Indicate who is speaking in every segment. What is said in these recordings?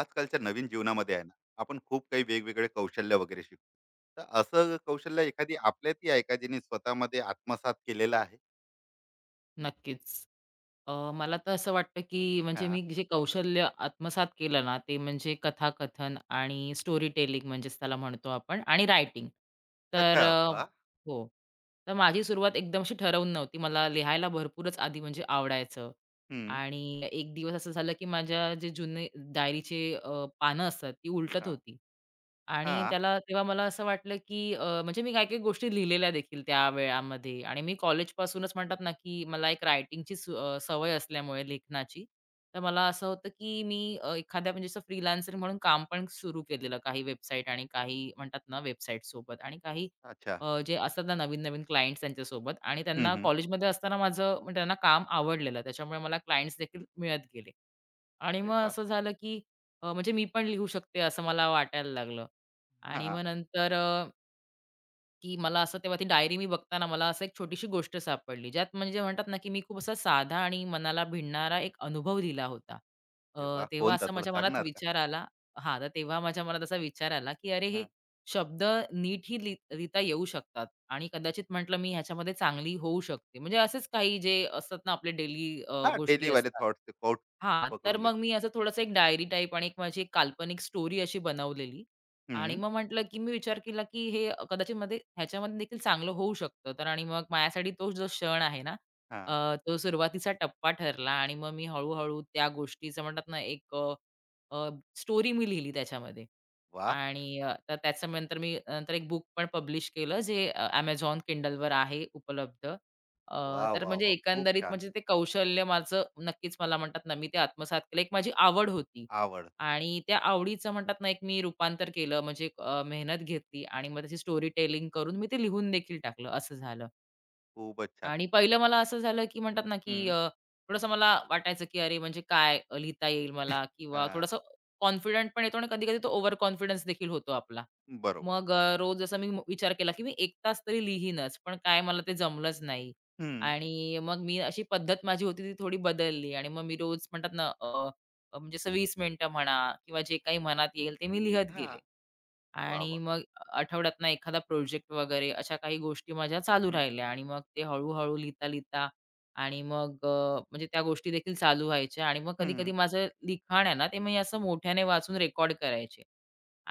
Speaker 1: आजकालच्या नवीन जीवनामध्ये आहे ना, आपण खूप काही वेगवेगळे कौशल्य वगैरे शिकतो. तर असं कौशल्य एखादी आपल्यातही आहे का, जिने स्वतःमध्ये आत्मसात केलेलं आहे?
Speaker 2: नक्कीच. मला तर असं वाटतं, की म्हणजे
Speaker 1: हा.
Speaker 2: मी जे कौशल्य आत्मसात केलं ना, ते म्हणजे कथाकथन आणि स्टोरी टेलिंग म्हणजेच त्याला म्हणतो आपण आणि रायटिंग. तर
Speaker 1: अच्छा,
Speaker 2: अ,
Speaker 1: वा.
Speaker 2: हो. तर माझी सुरुवात एकदम अशी ठरवून नव्हती. मला लिहायला भरपूरच आधी म्हणजे आवडायचं
Speaker 1: हम्म.
Speaker 2: आणि एक दिवस असं झालं, की माझ्या जे जुने डायरीचे पानं असतात, ती उलटत
Speaker 1: हा.
Speaker 2: होती. आणि
Speaker 1: हा.
Speaker 2: त्याला तेव्हा मला असं वाटलं, की म्हणजे मी काही-काही गोष्टी लिहिलेल्या देखील त्या वेळामध्ये आणि मी कॉलेजपासूनच म्हणतात ना, की मला एक रायटिंगची सवय असल्यामुळे लेखनाची, तर मला असं होतं, की मी एखाद्या म्हणजे असं फ्रीलान्सर म्हणून काम पण सुरू केलेलं. काही वेबसाईट आणि काही म्हणतात ना, वेबसाईटसोबत आणि काही
Speaker 1: अच्छा.
Speaker 2: जे असतात ना, नवीन-नवीन क्लायंट्स त्यांच्यासोबत आणि
Speaker 1: हम्म.
Speaker 2: त्यांना
Speaker 1: हम्म.
Speaker 2: कॉलेजमध्ये असताना माझं म्हणजे त्यांना काम आवडलेलं. त्याच्यामुळे मला क्लायंट्स देखील मिळत गेले. आणि
Speaker 1: अरे
Speaker 2: मग
Speaker 1: वा.
Speaker 2: असं झालं, की म्हणजे मी पण लिहू शकते असं मला वाटायला लागलं आणि
Speaker 1: हा.
Speaker 2: मग नंतर की मला असं तेव्हा ती डायरी मी बघताना मला असं एक छोटीशी गोष्ट सापडली, ज्यात म्हणजे म्हणतात ना, की मी खूप असा साधा आणि मनाला भिडणारा एक अनुभव दिला होता.
Speaker 1: अरे वा,
Speaker 2: तेव्हा
Speaker 1: कोणता
Speaker 2: असा
Speaker 1: थोडं
Speaker 2: माझ्या मनात
Speaker 1: सांगणार का?
Speaker 2: विचार आला हां, तर तेव्हा माझ्या मनात असा विचार आला, की "अरे, हे
Speaker 1: हा.
Speaker 2: शब्द नीटही लिहिता येऊ शकतात आणि कदाचित म्हटलं मी ह्याच्यामध्ये चांगली होऊ शकते." म्हणजे असेच काही जे असतात ना, आपले डेली
Speaker 1: हा,
Speaker 2: गोष्टी
Speaker 1: डेली वाले
Speaker 2: असतात.
Speaker 1: थॉट ते कोट
Speaker 2: हां, तर
Speaker 1: पकडून
Speaker 2: मग
Speaker 1: घेतलं.
Speaker 2: मी असं थोडंसं एक डायरी टाइप आणि एक माझी एक काल्पनिक स्टोरी अशी बनवलेली आणि
Speaker 1: हम्म.
Speaker 2: मग म्हटलं, की मी विचार केला, की हे कदाचित मध्ये ह्याच्यामध्ये देखील चांगलं होऊ शकतं. तर आणि मग माझ्यासाठी तो जो क्षण आहे ना,
Speaker 1: हा.
Speaker 2: तो सुरुवातीचा टप्पा ठरला आणि मग मी हळू-हळू त्या गोष्टीचं म्हणतात ना, एक स्टोरी मी लिहिली त्याच्यामध्ये
Speaker 1: वा,
Speaker 2: आणि तर त्याच्या नंतर मी नंतर एक बुक पण पब्लिश केलं, जे Amazon आहे उपलब्ध. अ,
Speaker 1: वा,
Speaker 2: तर
Speaker 1: वा,
Speaker 2: म्हणजे
Speaker 1: वा, खूप
Speaker 2: एकंदरीत
Speaker 1: छान.
Speaker 2: म्हणजे ते कौशल्य माझं नक्कीच मला म्हणतात ना, मी ते आत्मसात केलं. एक माझी आवड होती.
Speaker 1: आवड.
Speaker 2: आणि त्या आवडीचं म्हणतात ना, एक मी रूपांतर केलं म्हणजे एक, मेहनत घेतली आणि मग त्याची स्टोरी टेलिंग करून मी ते लिहून देखील टाकलं, असं झालं.
Speaker 1: खूपच छान.
Speaker 2: आणि
Speaker 1: आणि-
Speaker 2: पहिलं मला असं झालं, की म्हणतात ना, की
Speaker 1: हम्म.
Speaker 2: अ, थोडंसं मला वाटायचं, की अरे म्हणजे काय लिहिता येईल मला किंवा
Speaker 1: हा.
Speaker 2: थोडंसं कॉन्फिडंट पण येतो आणि कधी-कधी तो ओव्हर कॉन्फिडन्स देखील होतो आपला.
Speaker 1: बरोबर.
Speaker 2: मग रोज असा मी विचार केला, की मी एक तास तरी लिहीनच, पण काय मला ते जमलंच नाही.
Speaker 1: हम्म.
Speaker 2: आणि मग मी अशी पद्धत माझी होती ती थोडी बदलली आणि मग मी रोज म्हणतात ना, अ, अ, म्हणजे असं 20 मिनिटं म्हणा किंवा जे काही मनात येईल ते मी लिहत
Speaker 1: हा.
Speaker 2: गेले.
Speaker 1: वा,
Speaker 2: आणि
Speaker 1: वा.
Speaker 2: मग आठवड्यातनं एखादा प्रोजेक्ट वगैरे अशा काही गोष्टी माझ्या चालू
Speaker 1: हम्म.
Speaker 2: राहिल्या आणि मग ते हळू-हळू लिहिता-लिहिता आणि मग म्हणजे त्या गोष्टी देखील चालू व्हायच्या आणि मग कधी-कधी
Speaker 1: हम्म.
Speaker 2: माझं लिखाण आहे ना, ते मी असं मोठ्याने वाचून रेकॉर्ड करायचे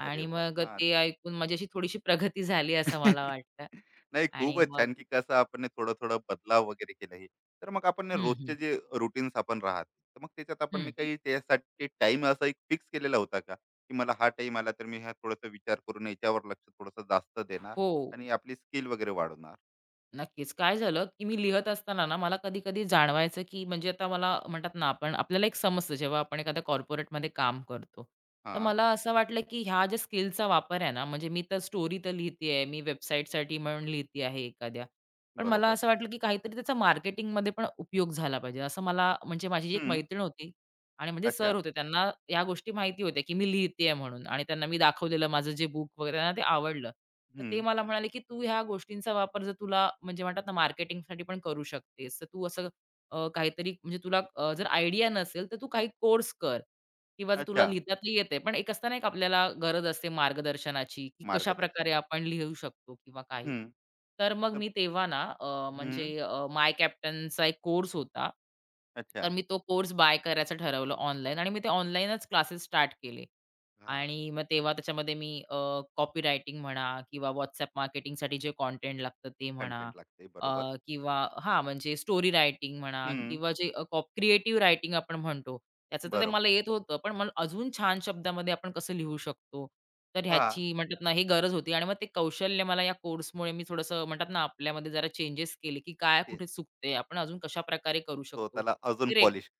Speaker 1: अरे
Speaker 2: आणि
Speaker 1: वाह!
Speaker 2: मग
Speaker 1: हां.
Speaker 2: ते ऐकून माझी अशी थोडीशी प्रगती झाली असं मला वाटतं
Speaker 1: नाही
Speaker 2: आणि
Speaker 1: खूपच
Speaker 2: मग
Speaker 1: छान, की कसं आपण हे थोडं-थोडं बदलाव वगैरे केलं हे. तर मग आपण हे
Speaker 2: हं, हं,
Speaker 1: रोजचे जे रूटीन्स आपण राहत, तर मग त्याच्यात आपण हे
Speaker 2: हं.
Speaker 1: काही त्यासाठी टाईम असा एक फिक्स केलेला होता का? की मला हा टाईम आला तर मी हा थोडासा विचार करून याच्यावर लक्ष थोडंसं जास्त देणार
Speaker 2: हो.
Speaker 1: आणि आपली स्किल वगैरे वाढवणार.
Speaker 2: नक्कीच. काय झालं, की मी लिहत असताना ना, मला कधी-कधी जाणवायचं, की म्हणजे आता मला म्हणतात ना, आपण आपल्याला एक समजतं जेव्हा आपण एखाद्या कॉर्पोरेटमध्ये काम करतो. तर
Speaker 1: हां,
Speaker 2: मला असं वाटलं, की ह्या ज्या स्किलचा वापर आहे ना, म्हणजे मी तर स्टोरी तर लिहितीये, मी वेबसाईटसाठी म्हणून लिहिती आहे एखाद्या. पण मला
Speaker 1: बरोबर.
Speaker 2: असं वाटलं, की काहीतरी त्याचा मार्केटिंगमध्ये पण उपयोग झाला पाहिजे. असं मला म्हणजे माझी जी एक
Speaker 1: हं.
Speaker 2: मैत्रीण होती आणि म्हणजे सर
Speaker 1: अच्छा.
Speaker 2: होते त्यांना या गोष्टी माहिती होत्या, की मी लिहितेय म्हणून आणि त्यांना मी दाखवलेलं माझं जे बुक वगैरे त्यांना ते आवडलं. तर ते
Speaker 1: हं.
Speaker 2: मला म्हणाले, की "तू ह्या गोष्टींचा वापर जर तुला म्हणजे म्हणतात ना मार्केटिंगसाठी पण करू शकतेस. तर तू असं काहीतरी म्हणजे तुला जर आयडिया नसेल तर तू काही कोर्स कर." किंवा जर तुला
Speaker 1: अच्छा.
Speaker 2: लिहिता तर येते. पण एक असतं ना, एक आपल्याला गरज असते मार्गदर्शनाची, की कशाप्रकारे
Speaker 1: मार्गदर्शन.
Speaker 2: आपण लिहू शकतो किंवा काही.
Speaker 1: हं.
Speaker 2: तर मग
Speaker 1: तर.
Speaker 2: मी तेव्हा ना, म्हणजे
Speaker 1: हं.
Speaker 2: माय कॅप्टनचा एक कोर्स होता. तर
Speaker 1: अच्छा.
Speaker 2: मी तो कोर्स बाय करायचं ठरवलं ऑनलाईन आणि मी ते ऑनलाईनच क्लासेस स्टार्ट केले.
Speaker 1: हां.
Speaker 2: आणि मग तेव्हा त्याच्यामध्ये मी कॉपी रायटिंग म्हणा किंवा WhatsApp मार्केटिंगसाठी जे कंटेंट लागतं ते म्हणा
Speaker 1: कंटेंट लागते. बरोबर.
Speaker 2: किंवा हां, म्हणजे स्टोरी रायटिंग म्हणा
Speaker 1: हं.
Speaker 2: किंवा जे क्रिएटिव्ह रायटिंग आपण म्हणतो, त्याचं तर ते
Speaker 1: बरोबर.
Speaker 2: मला येत होतं. पण मला अजून छान शब्दामध्ये आपण कसं लिहू शकतो, तर
Speaker 1: हां.
Speaker 2: ह्याची म्हणतात ना, ही गरज होती आणि मग ते कौशल्य मला या कोर्समुळे मी थोडंसं म्हणतात ना, आपल्यामध्ये जरा चेंजेस केले, की काय कुठे चुकते, आपण अजून कशाप्रकारे करू शकतो.
Speaker 1: स्वतःला अजून
Speaker 2: ते
Speaker 1: पॉलिश.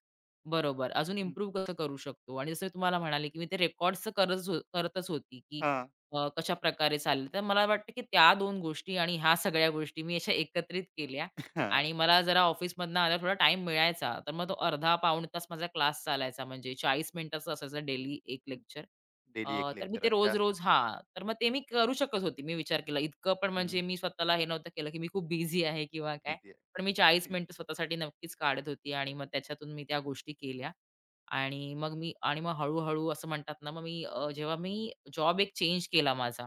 Speaker 2: बरोबर. अजून इम्प्रूव्ह कसं करू शकतो आणि जसं मी तुम्हाला म्हणाले, की मी ते रेकॉर्ड्सचं करच हो करतच होती, की
Speaker 1: हां.
Speaker 2: कशा प्रकारे चालेल. तर मला वाटतं, की त्या दोन गोष्टी आणि ह्या सगळ्या गोष्टी मी अशा एकत्रित केल्या
Speaker 1: हां.
Speaker 2: आणि मला जरा ऑफिसमधनं आल्यावर थोडा टाईम मिळायचा. तर मग तो अर्धा पाऊण तास माझा क्लास चालायचा म्हणजे 40 मिनिटाचा असायचा डेली 1 लेक्चर.
Speaker 1: डेली एक
Speaker 2: तर मी
Speaker 1: लेक्चर
Speaker 2: ते
Speaker 1: अच्छा.
Speaker 2: रोज-रोज हां. तर मग ते मी करू शकत होती. मी विचार केला. इतकं पण म्हणजे
Speaker 1: हं,
Speaker 2: मी स्वतःला हे नव्हतं केलं, की मी खूप बिझी आहे किंवा काय.
Speaker 1: बिझी आहे.
Speaker 2: पण मी 40 मिनिटं स्वतःसाठी नक्कीच काढत होती आणि मग त्याच्यातून मी त्या गोष्टी केल्या. आणि मग मी आणि मग हळू-हळू असं म्हणतात ना, मग मी जेव्हा मी जॉब एक चेंज केला माझा,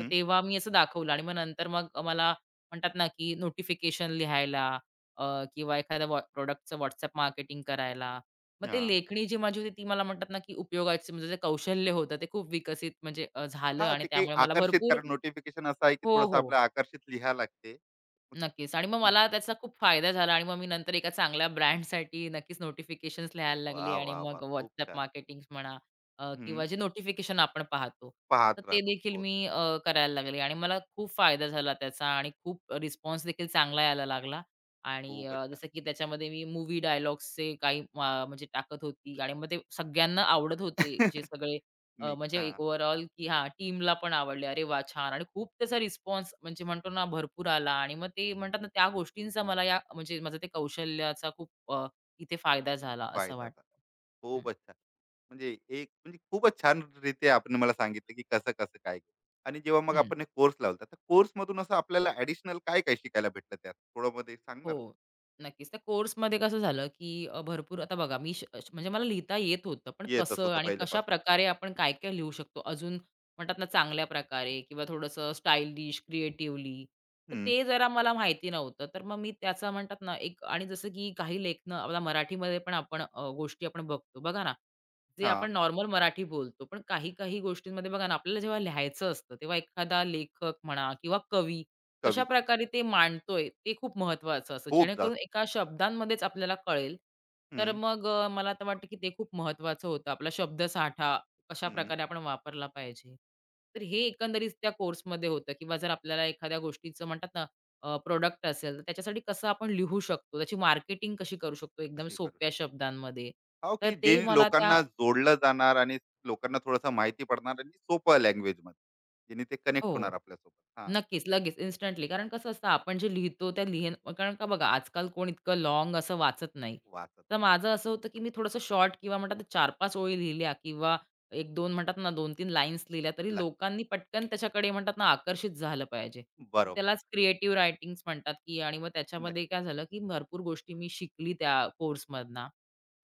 Speaker 2: तर तेव्हा मी असं दाखवलं आणि मग नंतर मग मला म्हणतात ना, की नोटिफिकेशन लिहायला अ, किंवा एखाद्या प्रॉडक्टचं मार्केटिंग करायला. मग
Speaker 1: मग
Speaker 2: ते
Speaker 1: हां.
Speaker 2: लेखणी जी माझी होती ती मला म्हणतात ना, की उपयोगाची म्हणजे जे कौशल्य होतं ते खूप विकसित म्हणजे झालं आणि
Speaker 1: ते काही
Speaker 2: त्यामुळे मला
Speaker 1: आकर्षित
Speaker 2: भरपूर
Speaker 1: कारण नोटिफिकेशन असं आहे, की
Speaker 2: हो,
Speaker 1: थोडंसं
Speaker 2: हो.
Speaker 1: आपल्याला आकर्षित लिहायला लागते. मग.
Speaker 2: नक्कीच आणि मग
Speaker 1: हं.
Speaker 2: मला त्याचा खूप फायदा झाला आणि मग मी नंतर एका चांगल्या ब्रँडसाठी नक्कीच नोटिफिकेशन्स लिहायला लागली
Speaker 1: वाह,
Speaker 2: आणि
Speaker 1: वाह, वाह!
Speaker 2: मग
Speaker 1: खूप
Speaker 2: WhatsApp
Speaker 1: छान.
Speaker 2: मार्केटिंग म्हणा
Speaker 1: हं.
Speaker 2: किंवा जे नोटिफिकेशन आपण पाहतो, तर
Speaker 1: पाहत
Speaker 2: ते
Speaker 1: राहतो
Speaker 2: देखील
Speaker 1: रोज.
Speaker 2: मी करायला लागले आणि मला खूप फायदा झाला त्याचा आणि खूप रिस्पॉन्स देखील चांगला यायला लागला आणि
Speaker 1: खूपच छान.
Speaker 2: जसं की त्याच्यामध्ये मी मूव्ही डायलॉग्सचे काही म्हणजे टाकत होती आणि मग ते सगळ्यांना आवडत होते, जे सगळे
Speaker 1: मी
Speaker 2: म्हणजे एक
Speaker 1: हां.
Speaker 2: ओव्हरऑल की हां, टीमला पण आवडले. अरे वाह! छान आणि खूप त्याचा रिस्पॉन्स म्हणजे म्हणतो ना भरपूर आला आणि मग ते म्हणतात ना त्या गोष्टींचा मला या म्हणजे माझं ते कौशल्याचा खूप इथे फायदा झाला असं
Speaker 1: फायदा.
Speaker 2: वाटतं. हं,
Speaker 1: खूपच छान. म्हणजे एक म्हणजे खूपच छानरीत्या आपण मला सांगितलं, की कसं-कसं काय? आणि जेव्हा मग आपण कोर्स लावला, तर कोर्समधून असं आपल्याला ॲडिशनल काय-काय शिकायला भेटलं त्यात? थोडं मध्ये
Speaker 2: हो.
Speaker 1: सांगणार?
Speaker 2: नक्कीच. त्या कोर्समध्ये कसं झालं, की भरपूर आता बघा मी श श- म्हणजे मला लिहिता येत होतं. पण
Speaker 1: येतच
Speaker 2: कसं
Speaker 1: होतं
Speaker 2: आणि कशा
Speaker 1: पहिल्यापासून.
Speaker 2: प्रकारे आपण काय-काय लिहू शकतो अजून म्हणतात ना चांगल्या प्रकारे किंवा थोडंसं स्टायलिश, क्रिएटिव्हली. तर
Speaker 1: हं.
Speaker 2: ते जरा मला माहिती नव्हतं. तर मग मी त्याचा म्हणतात ना एक आणि जसं की काही लेखनं आपला मराठीमध्ये पण आपण गोष्टी आपण बघतो. बघा ना, जे
Speaker 1: हां,
Speaker 2: आपण नॉर्मल मराठी बोलतो. पण काही-काही गोष्टींमध्ये बघा ना, आपल्याला जेव्हा लिहायचं असतं, तेव्हा एखादा लेखक म्हणा किंवा कवी
Speaker 1: कवी.
Speaker 2: कशाप्रकारे ते मांडतोय ते खूप महत्वाचं असतं.
Speaker 1: खूप
Speaker 2: जेणेकरून
Speaker 1: जास्त.
Speaker 2: एका शब्दांमध्येच आपल्याला कळेल.
Speaker 1: हं,
Speaker 2: तर मग मला तर वाटतं की ते खूप महत्वाचं होतं. आपला शब्दसाठा
Speaker 1: हं.
Speaker 2: कशाप्रकारे आपण वापरला पाहिजे. तर हे एकंदरीत त्या कोर्समध्ये होतं किंवा जर आपल्याला एखाद्या गोष्टीचं म्हणतात ना प्रॉडक्ट असेल, तर त्याच्यासाठी कसं आपण लिहू शकतो, त्याची मार्केटिंग कशी करू शकतो एकदम
Speaker 1: हे करू शकतो.
Speaker 2: सोप्या शब्दांमध्ये.
Speaker 1: हो,
Speaker 2: तर
Speaker 1: की जे
Speaker 2: ते मला त्या
Speaker 1: लोकांना जोडलं जाणार आणि लोकांना थोडंसं माहिती पडणार आणि सोपं लँग्वेजमध्ये. जेणे ते कनेक्ट
Speaker 2: हो.
Speaker 1: होणार आपल्यासोबत. हां,
Speaker 2: नक्कीच, लगेच इन्स्टंटली. कारण कसं असतं आपण जे लिहितो त्या लिहिण कारण का बघा आजकाल कोण इतकं लॉंग असं वाचत नाही. तर
Speaker 1: वाचत नाहीये.
Speaker 2: माझं असं होतं, की मी थोडंसं शॉर्ट किंवा म्हणतात ना 4-5 ओळी लिहिल्या किंवा 1-2 म्हणतात ना 2-3 लाईन्स लिहिल्या तरी
Speaker 1: ला.
Speaker 2: लोकांनी पटकन त्याच्याकडे म्हणतात ना आकर्षित झालं पाहिजे. तर
Speaker 1: बरोबर.
Speaker 2: त्यालाच क्रिएटिव्ह रायटिंग्स म्हणतात, की आणि मग त्याच्यामध्ये
Speaker 1: नक्कीच.
Speaker 2: काय झालं, की भरपूर गोष्टी मी शिकली त्या कोर्समधनं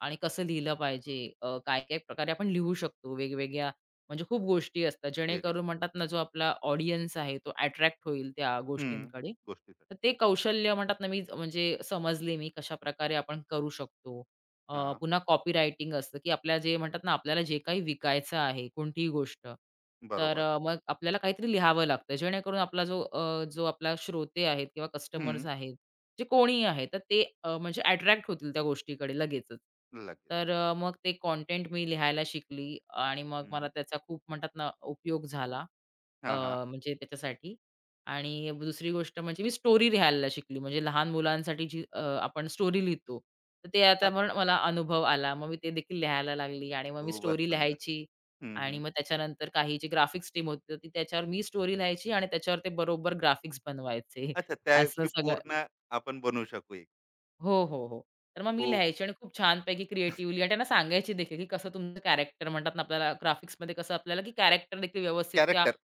Speaker 2: आणि कसं लिहिलं पाहिजे, काय-काय प्रकारे आपण लिहू शकतो वेगवेगळ्या म्हणजे खूप गोष्टी असतात,
Speaker 1: वेगळी.
Speaker 2: जेणेकरून म्हणतात ना, जो आपला ऑडियन्स आहे, तो अट्रॅक्ट होईल त्या
Speaker 1: हं,
Speaker 2: गोष्टींकडे.
Speaker 1: गोष्टीसाठी.
Speaker 2: तर ते कौशल्य म्हणतात ना, मी म्हणजे समजले मी कशाप्रकारे आपण करू शकतो.
Speaker 1: हां,
Speaker 2: पुन्हा कॉपीरायटिंग असतं, की आपल्या जे म्हणतात ना, आपल्याला जे काही विकायचं आहे, कोणतीही गोष्ट, तर
Speaker 1: बरोबर.
Speaker 2: मग आपल्याला काहीतरी लिहावं लागतं, जेणेकरून आपला जो जो आपला श्रोते आहेत किंवा
Speaker 1: हं,
Speaker 2: कस्टमर्स आहेत, जे कोणीही आहे, तर ते म्हणजे अट्रॅक्ट होतील त्या गोष्टीकडे लगेचच.
Speaker 1: लगेच.
Speaker 2: तर मग ते कंटेंट मी लिहायला शिकली आणि मग
Speaker 1: हं,
Speaker 2: मला त्याचा खूप म्हणतात ना, उपयोग झाला. अ,
Speaker 1: हां, हां.
Speaker 2: म्हणजे त्याच्यासाठी आणि दुसरी गोष्ट म्हणजे मी स्टोरी लिहायला शिकली. म्हणजे लहान मुलांसाठी जी आपण स्टोरी लिहितो, तर ते आता
Speaker 1: हां,
Speaker 2: पण मला अनुभव आला. मग मी ते देखील लिहायला लागली आणि मग मी
Speaker 1: खूपच
Speaker 2: स्टोरी
Speaker 1: सुंदर.
Speaker 2: लिहायची
Speaker 1: हं,
Speaker 2: आणि
Speaker 1: हं.
Speaker 2: मग त्याच्यानंतर काही जी ग्राफिक्स टीम होती, तर ती त्याच्यावर मी स्टोरी लिहायची आणि त्याच्यावर ते बरोबर ग्राफिक्स बनवायचे.
Speaker 1: अच्छा, त्या
Speaker 2: असं
Speaker 1: की
Speaker 2: सगळं
Speaker 1: पूर्ण आपण बनवू शकू एक.
Speaker 2: हो, हो, हो. तर मग मी
Speaker 1: खूप
Speaker 2: लिहायची आणि खूप छानपैकी क्रिएटिव्हली आणि त्यांना सांगायची देखील, की कसं तुमचं कॅरेक्टर म्हणतात ना आपल्याला ग्राफिक्समध्ये कसं आपल्याला, की कॅरेक्टर देखील व्यवस्थित त्या
Speaker 1: कॅरेक्टर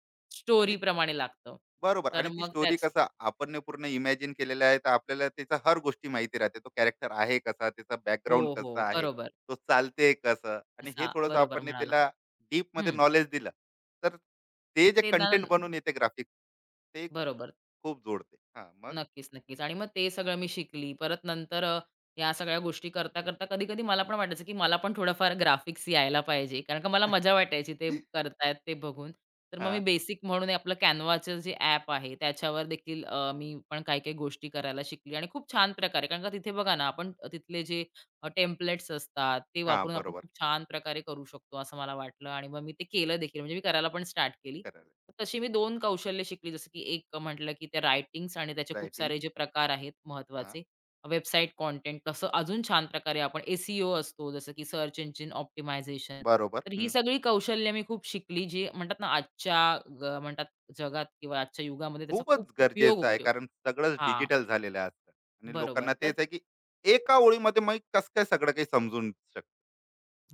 Speaker 1: आणि
Speaker 2: स्टोरीप्रमाणे लागतं.
Speaker 1: बरोबर
Speaker 2: तर
Speaker 1: आणि ती
Speaker 2: मग
Speaker 1: स्टोरी
Speaker 2: त्याच
Speaker 1: कसं आपण ने पूर्ण इमॅजिन केलेलं आहे, तर आपल्याला त्याचा हर गोष्टी माहिती राहते. तो कॅरेक्टर आहे कसा, त्याचा बॅकग्राऊंड
Speaker 2: हो,
Speaker 1: कसं
Speaker 2: हो.
Speaker 1: आहे,
Speaker 2: बरोबर.
Speaker 1: तो चालते कसं आणि हे
Speaker 2: असा
Speaker 1: थोडंसं
Speaker 2: बरोबर
Speaker 1: आपण ने
Speaker 2: म्हणाला.
Speaker 1: त्याला डीपमध्ये
Speaker 2: हं.
Speaker 1: नॉलेज दिलं, तर ते जे
Speaker 2: ते ना
Speaker 1: कंटेंट बनून येते ग्राफिक्स, ते
Speaker 2: बरोबर.
Speaker 1: खूप जोडते. हां, मग?
Speaker 2: नक्कीच, नक्कीच. आणि मग ते सगळं मी शिकली. परत नंतर या सगळ्या गोष्टी करता-करता कधी-कधी मला पण वाटायचं, की मला पण थोडंफार ग्राफिक्स यायला पाहिजे. कारण का मला मजा वाटायची ते करतायत ते बघून. तर मग मी
Speaker 1: हां,
Speaker 2: बेसिक म्हणून हे आपलं Canvaचं जे ॲप आहे त्याच्यावर देखील मी पण काही-काही गोष्टी करायला शिकली आणि खूप छान प्रकारे कारण का तिथे बघा ना आपण तिथले जे टेम्पलेट्स असतात ते
Speaker 1: हां,
Speaker 2: वापरून आपण खूप
Speaker 1: बरोबर.
Speaker 2: छान प्रकारे करू शकतो असं मला वाटलं आणि मग मी ते केलं देखील. म्हणजे मी करायला पण स्टार्ट केली. तशी मी 2 कौशल्य शिकली, जसं की एक म्हटलं, की त्या रायटिंग्स आणि त्याचे खूप
Speaker 1: रायटिंग.
Speaker 2: सारे जे प्रकार आहेत
Speaker 1: हां,
Speaker 2: महत्त्वाचे. वेबसाईट कंटेंट कसं अजून छान प्रकारे आपण एस-ई-ओ असतो, जसं की सर्च इंजिन ऑप्टिमायझेशन.
Speaker 1: बरोबर.
Speaker 2: तर ही
Speaker 1: हं.
Speaker 2: सगळी कौशल्य मी खूप शिकली, जी म्हणतात ना आजच्या म्हणतात जगात किंवा आजच्या युगामध्ये त्याचा
Speaker 1: खूपच
Speaker 2: खूप उपयोग
Speaker 1: गरजेचं आहे
Speaker 2: उपयोग
Speaker 1: कारण सगळंच
Speaker 2: हां,
Speaker 1: डिजिटल झालेलं आहे आजकाल आणि
Speaker 2: बरोबर.
Speaker 1: लोकांना तेच
Speaker 2: तर
Speaker 1: आहे की एका ओळीमध्ये मग कसं काय सगळं काही समजून शकतं.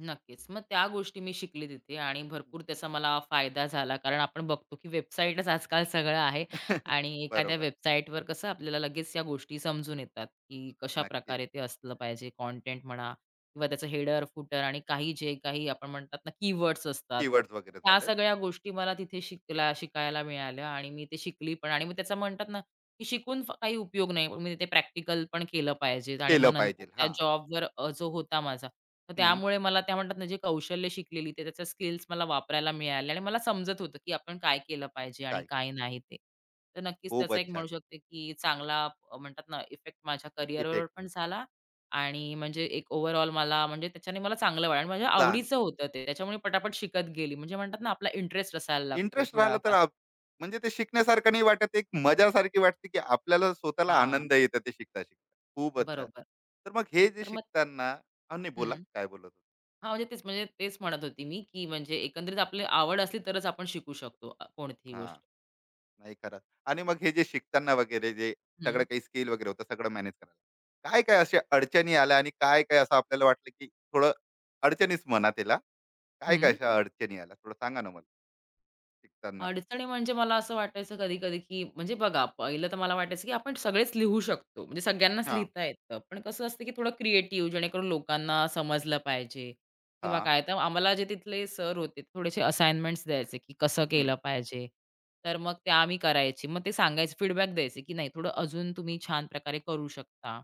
Speaker 2: नक्कीच. मग त्या गोष्टी मी शिकले तिथे आणि भरपूर त्याचा मला फायदा झाला. कारण आपण बघतो, की वेबसाईटच आजकाल सगळं आहे आणि एखाद्या
Speaker 1: बरोबर.
Speaker 2: वेबसाईटवर कसं आपल्याला लगेच या गोष्टी समजून येतात, की
Speaker 1: नक्की.
Speaker 2: कशाप्रकारे ते असलं पाहिजे. कंटेंट म्हणा किंवा त्याचं हेडर, फुटर आणि काही जे काही आपण म्हणतात ना कीवर्ड्स असतात.
Speaker 1: कीवर्ड्स वगैरे
Speaker 2: त्या
Speaker 1: झालं ते.
Speaker 2: सगळ्या गोष्टी मला तिथे शिकायला मिळाल्या आणि मी ते शिकली पण आणि मग त्याचा म्हणतात ना की शिकून काही उपयोग नाही. मी ते प्रॅक्टिकल पण केलं पाहिजे आणि मग
Speaker 1: केलं
Speaker 2: नंतर
Speaker 1: पाहिजे.
Speaker 2: त्या
Speaker 1: हां.
Speaker 2: जॉबवर जो होता माझा, तर
Speaker 1: हं.
Speaker 2: त्यामुळे मला त्या म्हणतात ना, जी कौशल्य शिकलेली ते त्याच्या स्किल्स मला वापरायला मिळाल्या आणि मला समजत होतं, की आपण काय केलं पाहिजे आणि
Speaker 1: काय केलं?
Speaker 2: काय नाही ते. तर नक्कीच त्याचा एक
Speaker 1: खूपच
Speaker 2: म्हणू
Speaker 1: छान.
Speaker 2: शकते, की चांगला म्हणतात ना, इफेक्ट माझ्या करिअरवर
Speaker 1: इफेक्ट.
Speaker 2: पण झाला आणि म्हणजे एक ओव्हरऑल मला म्हणजे त्याच्याने मला चांगलं वाटलं आणि माझ्या
Speaker 1: चांगलं.
Speaker 2: आवडीचं होतं ते. त्याच्यामुळे पटापट शिकत गेली. म्हणजे म्हणतात ना, आपला इंटरेस्ट असायला लागतो
Speaker 1: इंटरेस्ट राहिला तर
Speaker 2: थोडाफार.
Speaker 1: म्हणजे ते शिकण्यासारखं नाही वाटत. एक मजासारखी वाटते, की आपल्याला स्वतःला
Speaker 2: हां,
Speaker 1: आनंद येतो ते शिकता-शिकता. खूपच छान.
Speaker 2: बरोबर.
Speaker 1: तर मग हे जे
Speaker 2: तर मग
Speaker 1: शिकताना नाही बोला.
Speaker 2: हं.
Speaker 1: काय बोलत होतो?
Speaker 2: हां, म्हणजे तेच म्हणत होती मी, की म्हणजे एकंदरीत आपली आवड असली तरच आपण शिकू शकतो कोणतीही
Speaker 1: हां.
Speaker 2: गोष्ट.
Speaker 1: नाही खरंच. आणि मग हे जे शिकताना वगैरे जे
Speaker 2: हं,
Speaker 1: सगळं काही स्किल वगैरे होतं सगळं मॅनेज करायला. काय-काय अशा अडचणी आल्या आणि काय-काय असं आपल्याला वाटलं, की थोडं. अडचणीच म्हणा. काय काय
Speaker 2: हं.
Speaker 1: अशा अडचणी आल्या थोडं सांगा ना मला शिकताना.
Speaker 2: अडचणी म्हणजे मला असं वाटायचं कधी-कधी, की म्हणजे बघा पहिलं तर मला वाटायचं, की आपण सगळेच लिहू शकतो. म्हणजे सगळ्यांनाच
Speaker 1: हा.
Speaker 2: लिहिता येतं. पण कसं असतं, की थोडं क्रिएटिव्ह जेणेकरून लोकांना समजलं पाहिजे
Speaker 1: हा.
Speaker 2: किंवा काय. तर आम्हाला जे तिथले सर होते ते थोडेसे असाइनमेंट्स द्यायचे, की कसं
Speaker 1: हम्म.
Speaker 2: केलं पाहिजे. तर मग ते आम्ही करायची. मग ते सांगायचे फीडबॅक द्यायचे, की नाही थोडं अजून तुम्ही छान प्रकारे करू शकता.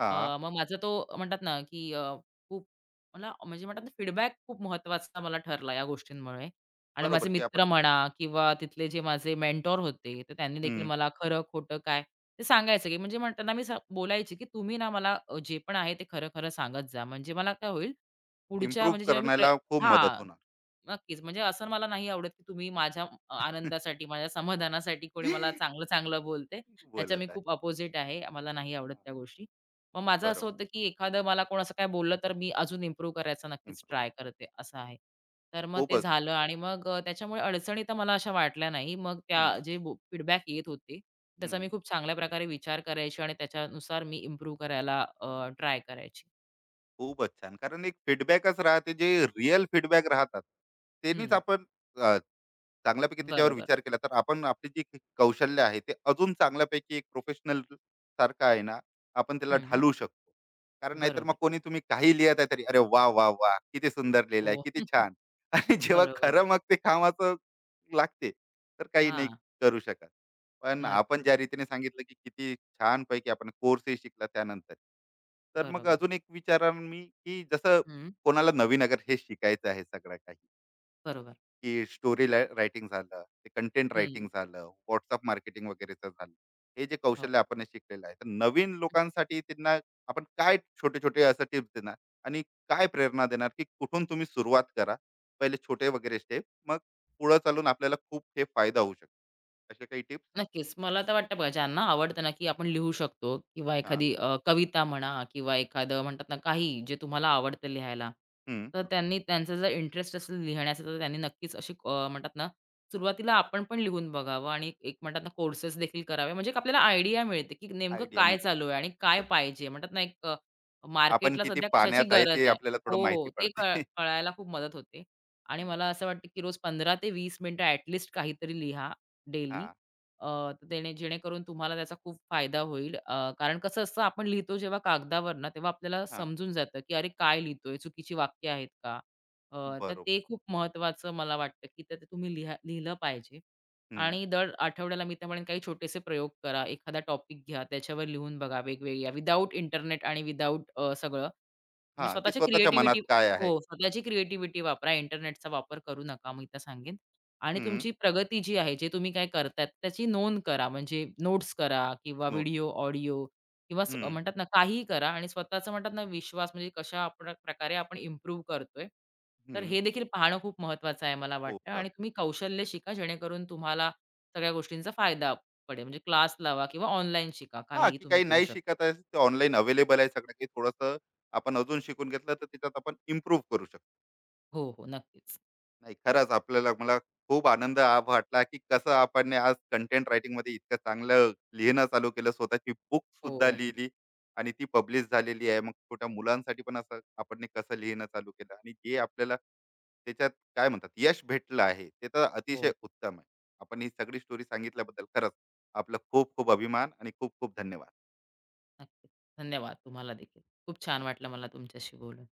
Speaker 1: हा,
Speaker 2: मग माझा तो म्हणतात ना, की खूप मला म्हणजे म्हणतात ना, फीडबॅक खूप महत्त्वाचा मला ठरला या गोष्टींमुळे. आणि माझे
Speaker 1: बरोबर की
Speaker 2: मित्र
Speaker 1: आपण
Speaker 2: म्हणा किंवा तिथले जे माझे मेंटॉर होते, तर त्यांनी देखील मला खरं-खोटं काय ते सांगायचं, की म्हणजे म्हणताना मी बोलायची, की तुम्ही ना मला जे पण आहे ते खरं-खरं सांगत जा. म्हणजे मला काय होईल, पुढच्या
Speaker 1: इम्प्रूव्ह
Speaker 2: म्हणजे जेव्हा मी
Speaker 1: करण्याला खूप मदत
Speaker 2: हां.
Speaker 1: होणार.
Speaker 2: नक्कीच. म्हणजे असं मला नाही आवडत, की तुम्ही माझ्या आनंदासाठी, माझ्या समाधानासाठी कोणी मला चांगलं-चांगलं बोलते. ह्याच्या मी
Speaker 1: बोलत आहे.
Speaker 2: खूप अपोझिट आहे. मला नाही आवडत
Speaker 1: हा,
Speaker 2: त्या गोष्टी. मग माझं असं
Speaker 1: बरोबर.
Speaker 2: होतं, की एखादं मला कोण असं काय बोललं, तर मी अजून इम्प्रूव्ह करायचा नक्कीच
Speaker 1: इम्प्रूव्ह.
Speaker 2: ट्राय करते, असं आहे. तर मग ते
Speaker 1: खूपच.
Speaker 2: झालं आणि मग त्याच्यामुळे अडचणी तर मला अशा वाटल्या नाही. मग त्या
Speaker 1: हम्म,
Speaker 2: जे फीडबॅक येत होते, त्याचा मी
Speaker 1: हम्म.
Speaker 2: खूप चांगल्या प्रकारे विचार करायची आणि त्याच्यानुसार मी इम्प्रूव्ह करायला ट्राय करायची.
Speaker 1: खूपच छान. कारण एक फीडबॅकच राहते जे रिअल फीडबॅक राहतात. त्यांनीच
Speaker 2: हं.
Speaker 1: आपण अ, चांगल्यापैकी त्याच्यावर
Speaker 2: बरोबर.
Speaker 1: विचार केला तर आपण आपली जी कौशल्य आहे, ते अजून चांगल्यापैकी एक प्रोफेशनल सारखं आहे ना, आपण त्याला
Speaker 2: हं.
Speaker 1: ढालू शकतो. कारण नाहीतर मग
Speaker 2: बरोबर.
Speaker 1: कोणी तुम्ही काही लिहत आहे तरी, "अरे वाह, वाह, वाह! किती सुंदर लिहिलं आहे,
Speaker 2: हो.
Speaker 1: किती छान." आणि जेव्हा
Speaker 2: बरोबर.
Speaker 1: खरं मग ते कामाचं लागते, तर काही नाही
Speaker 2: हां,
Speaker 1: करू शकत. पण आपण
Speaker 2: नक्कीच.
Speaker 1: ज्या रीतीने सांगितलं, की किती छानपैकी आपण कोर्सही शिकला त्यानंतर. तर मग
Speaker 2: बरोबर.
Speaker 1: अजून एक विचारा मी, की जसं
Speaker 2: हं,
Speaker 1: कोणाला नवीन अगर हे शिकायचं आहे सगळं काही,
Speaker 2: बरोबर.
Speaker 1: की स्टोरी ला रायटिंग झालं, ते कंटेंट
Speaker 2: हं,
Speaker 1: रायटिंग झालं, WhatsApp मार्केटिंग वगैरेचं झालं. हे जे
Speaker 2: हो.
Speaker 1: कौशल्य आपण शिकलेलं आहे, तर नवीन लोकांसाठी त्यांना आपण काय छोटे-छोटे असं टिप्स देणार आणि काय प्रेरणा देणार, की कुठून तुम्ही सुरुवात करा? पहिले छोटे वगैरे स्टेप, मग पुढे चालून आपल्याला खूप हे फायदा होऊ शकतो. असे काही टिप्स?
Speaker 2: नक्कीच. मला तर वाटतं बघा, ज्यांना आवडतं ना, की आपण लिहू शकतो किंवा
Speaker 1: हां.
Speaker 2: एखादी कविता म्हणा किंवा एखादं म्हणतात ना, काही जे तुम्हाला आवडतं लिहायला, तर त्यांनी त्यांचा जर इंटरेस्ट असेल लिहिण्याचा, तर त्यांनी नक्कीच अशी म्हणतात ना, सुरुवातीला आपण पण लिहून बघावं आणि एक म्हणतात ना, कोर्सेस देखील करावे. म्हणजे एक आपल्याला आयडिया मिळते, की नेमकं
Speaker 1: आयडिया
Speaker 2: काय
Speaker 1: मिळते.
Speaker 2: चालू आहे आणि काय पाहिजे. म्हणतात ना, एक
Speaker 1: आपण
Speaker 2: मार्केटला
Speaker 1: किती
Speaker 2: सध्या कशाची
Speaker 1: पाण्यात आहे
Speaker 2: गरज
Speaker 1: ते
Speaker 2: आहे.
Speaker 1: आपल्याला थोडं
Speaker 2: हो, हो.
Speaker 1: माहिती
Speaker 2: ते
Speaker 1: पडते.
Speaker 2: कळायला खूप मदत होते आणि
Speaker 1: हं,
Speaker 2: मला असं वाटतं, की रोज 15 ते 20 मिनिटं ॲट काहीतरी लिहा डेली
Speaker 1: हां,
Speaker 2: देणे जेणेकरून तुम्हाला त्याचा खूप फायदा होईल. कारण कसं असतं आपण लिहितो जेव्हा कागदावर ना, तेव्हा आपल्याला
Speaker 1: हां.
Speaker 2: समजून जातं, की अरे काय लिहितोय? चुकीची वाक्य आहेत का? तर ते
Speaker 1: बरोबर.
Speaker 2: खूप महत्त्वाचं मला वाटतं, की तर ते तुम्ही लिहिलं पाहिजे.
Speaker 1: हं.
Speaker 2: आणि दर आठवड्याला मी तर म्हणेन काही छोटेसे प्रयोग करा. एखादा टॉपिक घ्या, त्याच्यावर लिहून बघा वेगवेगळ्या विदाऊट इंटरनेट आणि विदाऊट सगळं. म्हणजे
Speaker 1: हां, की
Speaker 2: स्वतःची
Speaker 1: स्वतःच्या मनात
Speaker 2: क्रिएटिव्हिटी
Speaker 1: काय आहे?
Speaker 2: हो, स्वतःची क्रिएटिव्हिटी वापरा. इंटरनेटचा वापर करू नका, मी तर सांगेन. आणि
Speaker 1: हं,
Speaker 2: तुमची प्रगती जी आहे, जे तुम्ही काय करताय, त्याची नोंद करा. म्हणजे नोट्स करा किंवा
Speaker 1: नोट.
Speaker 2: व्हिडिओ, ऑडिओ किंवा
Speaker 1: हं,
Speaker 2: म्हणतात ना, काहीही करा आणि स्वतःचा म्हणतात ना, विश्वास म्हणजे कशा प्रकारे आपण इम्प्रूव्ह करतोय. तर
Speaker 1: हं.
Speaker 2: हे देखील पाहणं खूप महत्त्वाचं आहे, मला
Speaker 1: खूप
Speaker 2: वाटतं. आणि
Speaker 1: जास्त.
Speaker 2: तुम्ही कौशल्य शिका, जेणेकरून तुम्हाला सगळ्या गोष्टींचा फायदा पडेल. म्हणजे क्लास लावा किंवा ऑनलाईन शिका.
Speaker 1: हां,
Speaker 2: काहीही
Speaker 1: की
Speaker 2: तुम्ही
Speaker 1: काही
Speaker 2: करू
Speaker 1: नाही
Speaker 2: शकता.
Speaker 1: शिकत आहे, ते ऑनलाईन अवेलेबल आहे सगळं काही. थोडंसं आपण अजून शिकून घेतलं, तर त्याच्यात आपण इम्प्रूव्ह करू शकतो.
Speaker 2: हो, हो. नक्कीच.
Speaker 1: नाही खरंच आपल्याला मला खूप आनंद वाटला, की कसं आपण ने आज कंटेंट रायटिंग मध्ये इतकं चांगलं लिहिणं चालू केलं, स्वतःची बुक सुद्धा
Speaker 2: हो,
Speaker 1: लिहिली आणि ती पब्लिश झालेली आहे. मग छोट्या मुलांसाठी पण असं आपण ने कसं लिहिणं चालू केलं आणि जे आपल्याला त्याच्यात काय म्हणतात यश भेटलं आहे ते तर अतिशय
Speaker 2: हो.
Speaker 1: उत्तम आहे. आपण ही सगळी स्टोरी सांगितल्याबद्दल खरंच आपलं खूप खूप अभिमान आणि खूप खूप धन्यवाद.
Speaker 2: नक्कीच. धन्यवाद तुम्हाला देखील. खूप छान वाटलं मला तुमच्याशी बोलून.